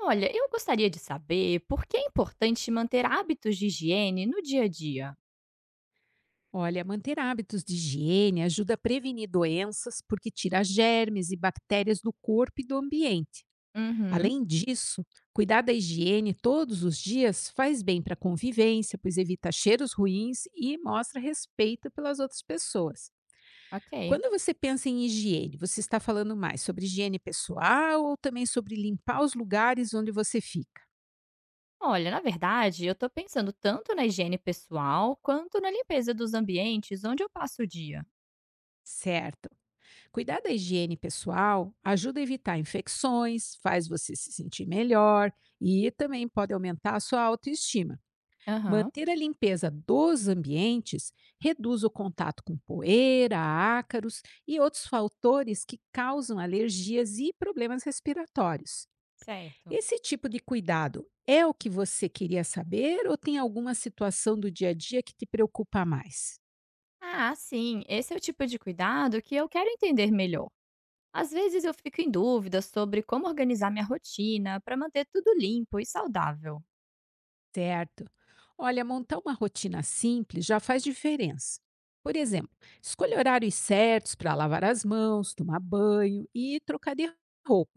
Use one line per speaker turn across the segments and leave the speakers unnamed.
Olha, eu gostaria de saber por que é importante manter hábitos de higiene no dia a dia.
Olha, manter hábitos de higiene ajuda a prevenir doenças porque tira germes e bactérias do corpo e do ambiente.
Uhum,
Além disso, cuidar da higiene todos os dias faz bem para a convivência, pois evita cheiros ruins e mostra respeito pelas outras pessoas.
ok.
Quando você pensa em higiene, você está falando mais sobre higiene pessoal ou também sobre limpar os lugares onde você fica?
Olha, na verdade, eu tô pensando tanto na higiene pessoal quanto na limpeza dos ambientes onde eu passo o dia.
Certo. Cuidar da higiene pessoal ajuda a evitar infecções, faz você se sentir melhor e também pode aumentar a sua autoestima.
Aham,
Manter a limpeza dos ambientes reduz o contato com poeira, ácaros e outros fatores que causam alergias e problemas respiratórios.
certo.
Esse tipo de cuidado é o que você queria saber ou tem alguma situação do dia a dia que te preocupa mais?
Ah, sim, esse é o tipo de cuidado que eu quero entender melhor. Às vezes eu fico em dúvida sobre como organizar minha rotina para manter tudo limpo e saudável.
Certo. Olha, montar uma rotina simples já faz diferença. Por exemplo, escolha horários certos para lavar as mãos, tomar banho e trocar de roupa.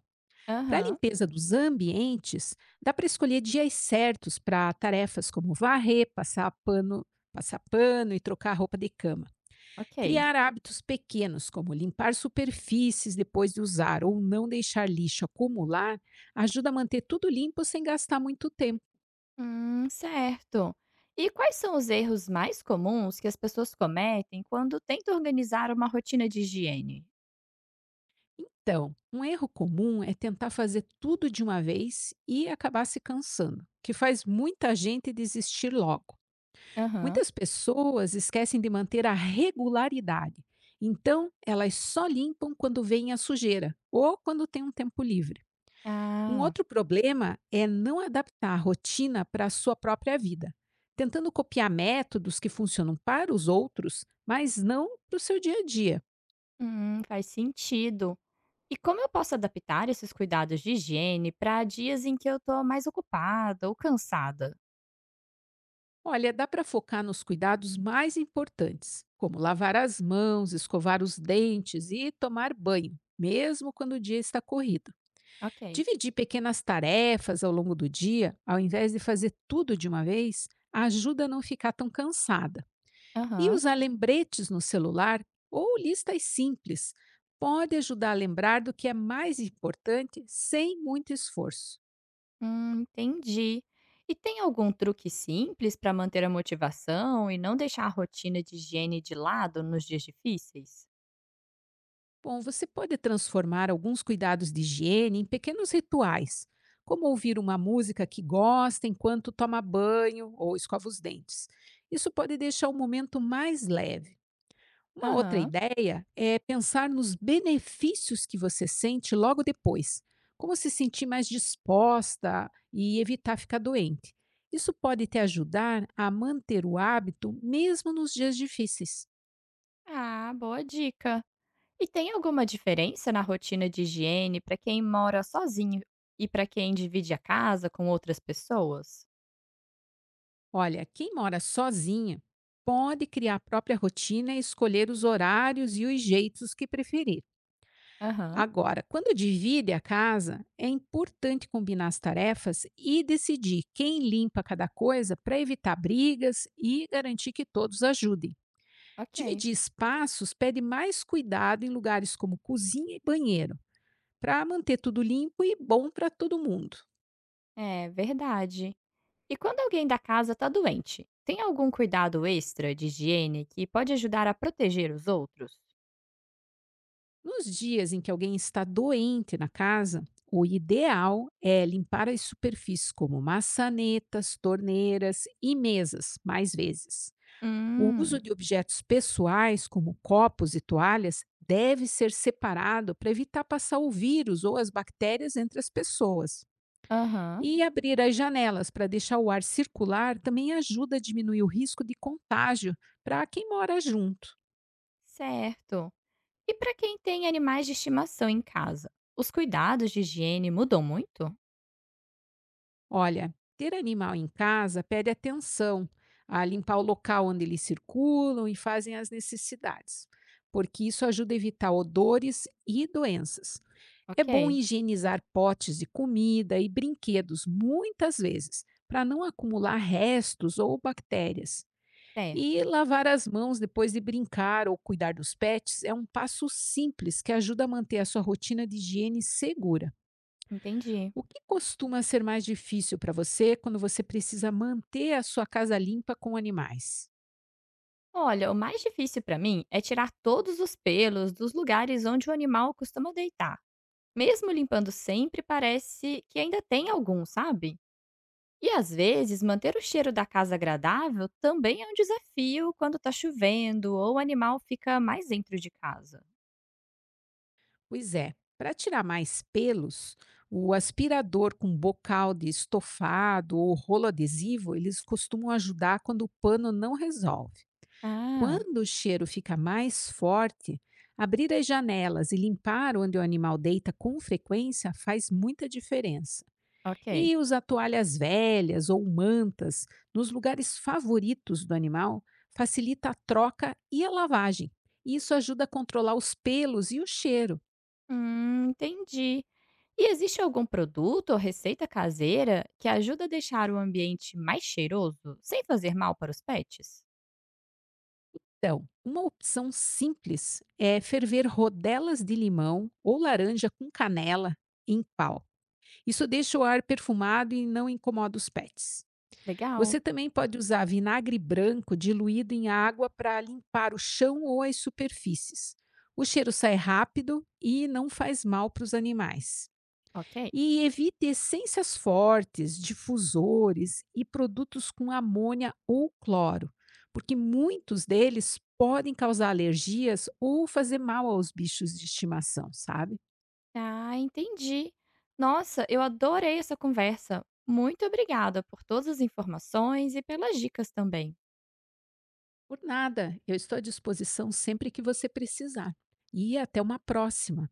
Para a
Aham.
limpeza dos ambientes, dá para escolher dias certos para tarefas como varrer, passar pano e trocar a roupa de cama.
Ok.
Criar hábitos pequenos, como limpar superfícies depois de usar ou não deixar lixo acumular, ajuda a manter tudo limpo sem gastar muito tempo.
Certo. E quais são os erros mais comuns que as pessoas cometem quando tentam organizar uma rotina de higiene?
Então, um erro comum é tentar fazer tudo de uma vez e acabar se cansando, que faz muita gente desistir logo.
Aham.
Muitas pessoas esquecem de manter a regularidade, então elas só limpam quando vem a sujeira ou quando tem um tempo livre. Um
Ah,
outro problema é não adaptar a rotina para a sua própria vida, tentando copiar métodos que funcionam para os outros, mas não para o seu dia a dia.
faz sentido. E como eu posso adaptar esses cuidados de higiene para dias em que eu tô mais ocupada ou cansada?
Olha, dá para focar nos cuidados mais importantes, como lavar as mãos, escovar os dentes e tomar banho, mesmo quando o dia está corrido.
Ok.
Dividir pequenas tarefas ao longo do dia, ao invés de fazer tudo de uma vez, ajuda a não ficar tão cansada. E
Aham,
usar lembretes no celular ou listas simples pode ajudar a lembrar do que é mais importante sem muito esforço.
entendi. E tem algum truque simples para manter a motivação e não deixar a rotina de higiene de lado nos dias difíceis?
Bom, você pode transformar alguns cuidados de higiene em pequenos rituais, como ouvir uma música que gosta enquanto toma banho ou escova os dentes. Isso pode deixar o momento mais leve. Uma outra
Aham.
ideia é pensar nos benefícios que você sente logo depois, como se sentir mais disposta e evitar ficar doente. Isso pode te ajudar a manter o hábito mesmo nos dias difíceis.
Ah, boa dica. E tem alguma diferença na rotina de higiene para quem mora sozinho e para quem divide a casa com outras pessoas?
Olha, quem mora sozinha pode criar a própria rotina e escolher os horários e os jeitos que preferir.
Aham,
Agora, quando divide a casa, é importante combinar as tarefas e decidir quem limpa cada coisa para evitar brigas e garantir que todos ajudem.
ok.
Dividir espaços pede mais cuidado em lugares como cozinha e banheiro, para manter tudo limpo e bom para todo mundo.
É verdade. E quando alguém da casa está doente, tem algum cuidado extra de higiene que pode ajudar a proteger os outros?
Nos dias em que alguém está doente na casa, o ideal é limpar as superfícies como maçanetas, torneiras e mesas mais vezes. O uso
Hum,
de objetos pessoais, como copos e toalhas, deve ser separado para evitar passar o vírus ou as bactérias entre as pessoas.
aham,
E abrir as janelas para deixar o ar circular também ajuda a diminuir o risco de contágio para quem mora junto.
certo. E para quem tem animais de estimação em casa, os cuidados de higiene mudam muito?
Olha, ter animal em casa pede atenção a limpar o local onde eles circulam e fazem as necessidades, porque isso ajuda a evitar odores e doenças. É bom
Ok,
higienizar potes de comida e brinquedos muitas vezes, para não acumular restos ou bactérias. E
certo,
lavar as mãos depois de brincar ou cuidar dos pets é um passo simples que ajuda a manter a sua rotina de higiene segura.
entendi.
O que costuma ser mais difícil para você quando você precisa manter a sua casa limpa com animais?
Olha, o mais difícil para mim é tirar todos os pelos dos lugares onde o animal costuma deitar. Mesmo limpando sempre, parece que ainda tem algum, sabe? E às vezes, manter o cheiro da casa agradável também é um desafio quando tá chovendo ou o animal fica mais dentro de casa.
Pois é, para tirar mais pelos, o aspirador com bocal de estofado ou rolo adesivo, eles costumam ajudar quando o pano não resolve.
Ah,
Quando o cheiro fica mais forte, abrir as janelas e limpar onde o animal deita com frequência faz muita diferença.
ok.
E usar toalhas velhas ou mantas nos lugares favoritos do animal facilita a troca e a lavagem. E isso ajuda a controlar os pelos e o cheiro.
Entendi. E existe algum produto ou receita caseira que ajuda a deixar o ambiente mais cheiroso sem fazer mal para os pets?
Então, uma opção simples é ferver rodelas de limão ou laranja com canela em pau. Isso deixa o ar perfumado e não incomoda os pets.
Legal,
Você também pode usar vinagre branco diluído em água para limpar o chão ou as superfícies. O cheiro sai rápido e não faz mal para os animais.
ok.
E evite essências fortes, difusores e produtos com amônia ou cloro, porque muitos deles podem causar alergias ou fazer mal aos bichos de estimação, sabe?
Ah, entendi. Nossa, eu adorei essa conversa. Muito obrigada por todas as informações e pelas dicas também.
Por nada, eu estou à disposição sempre que você precisar. E até uma próxima!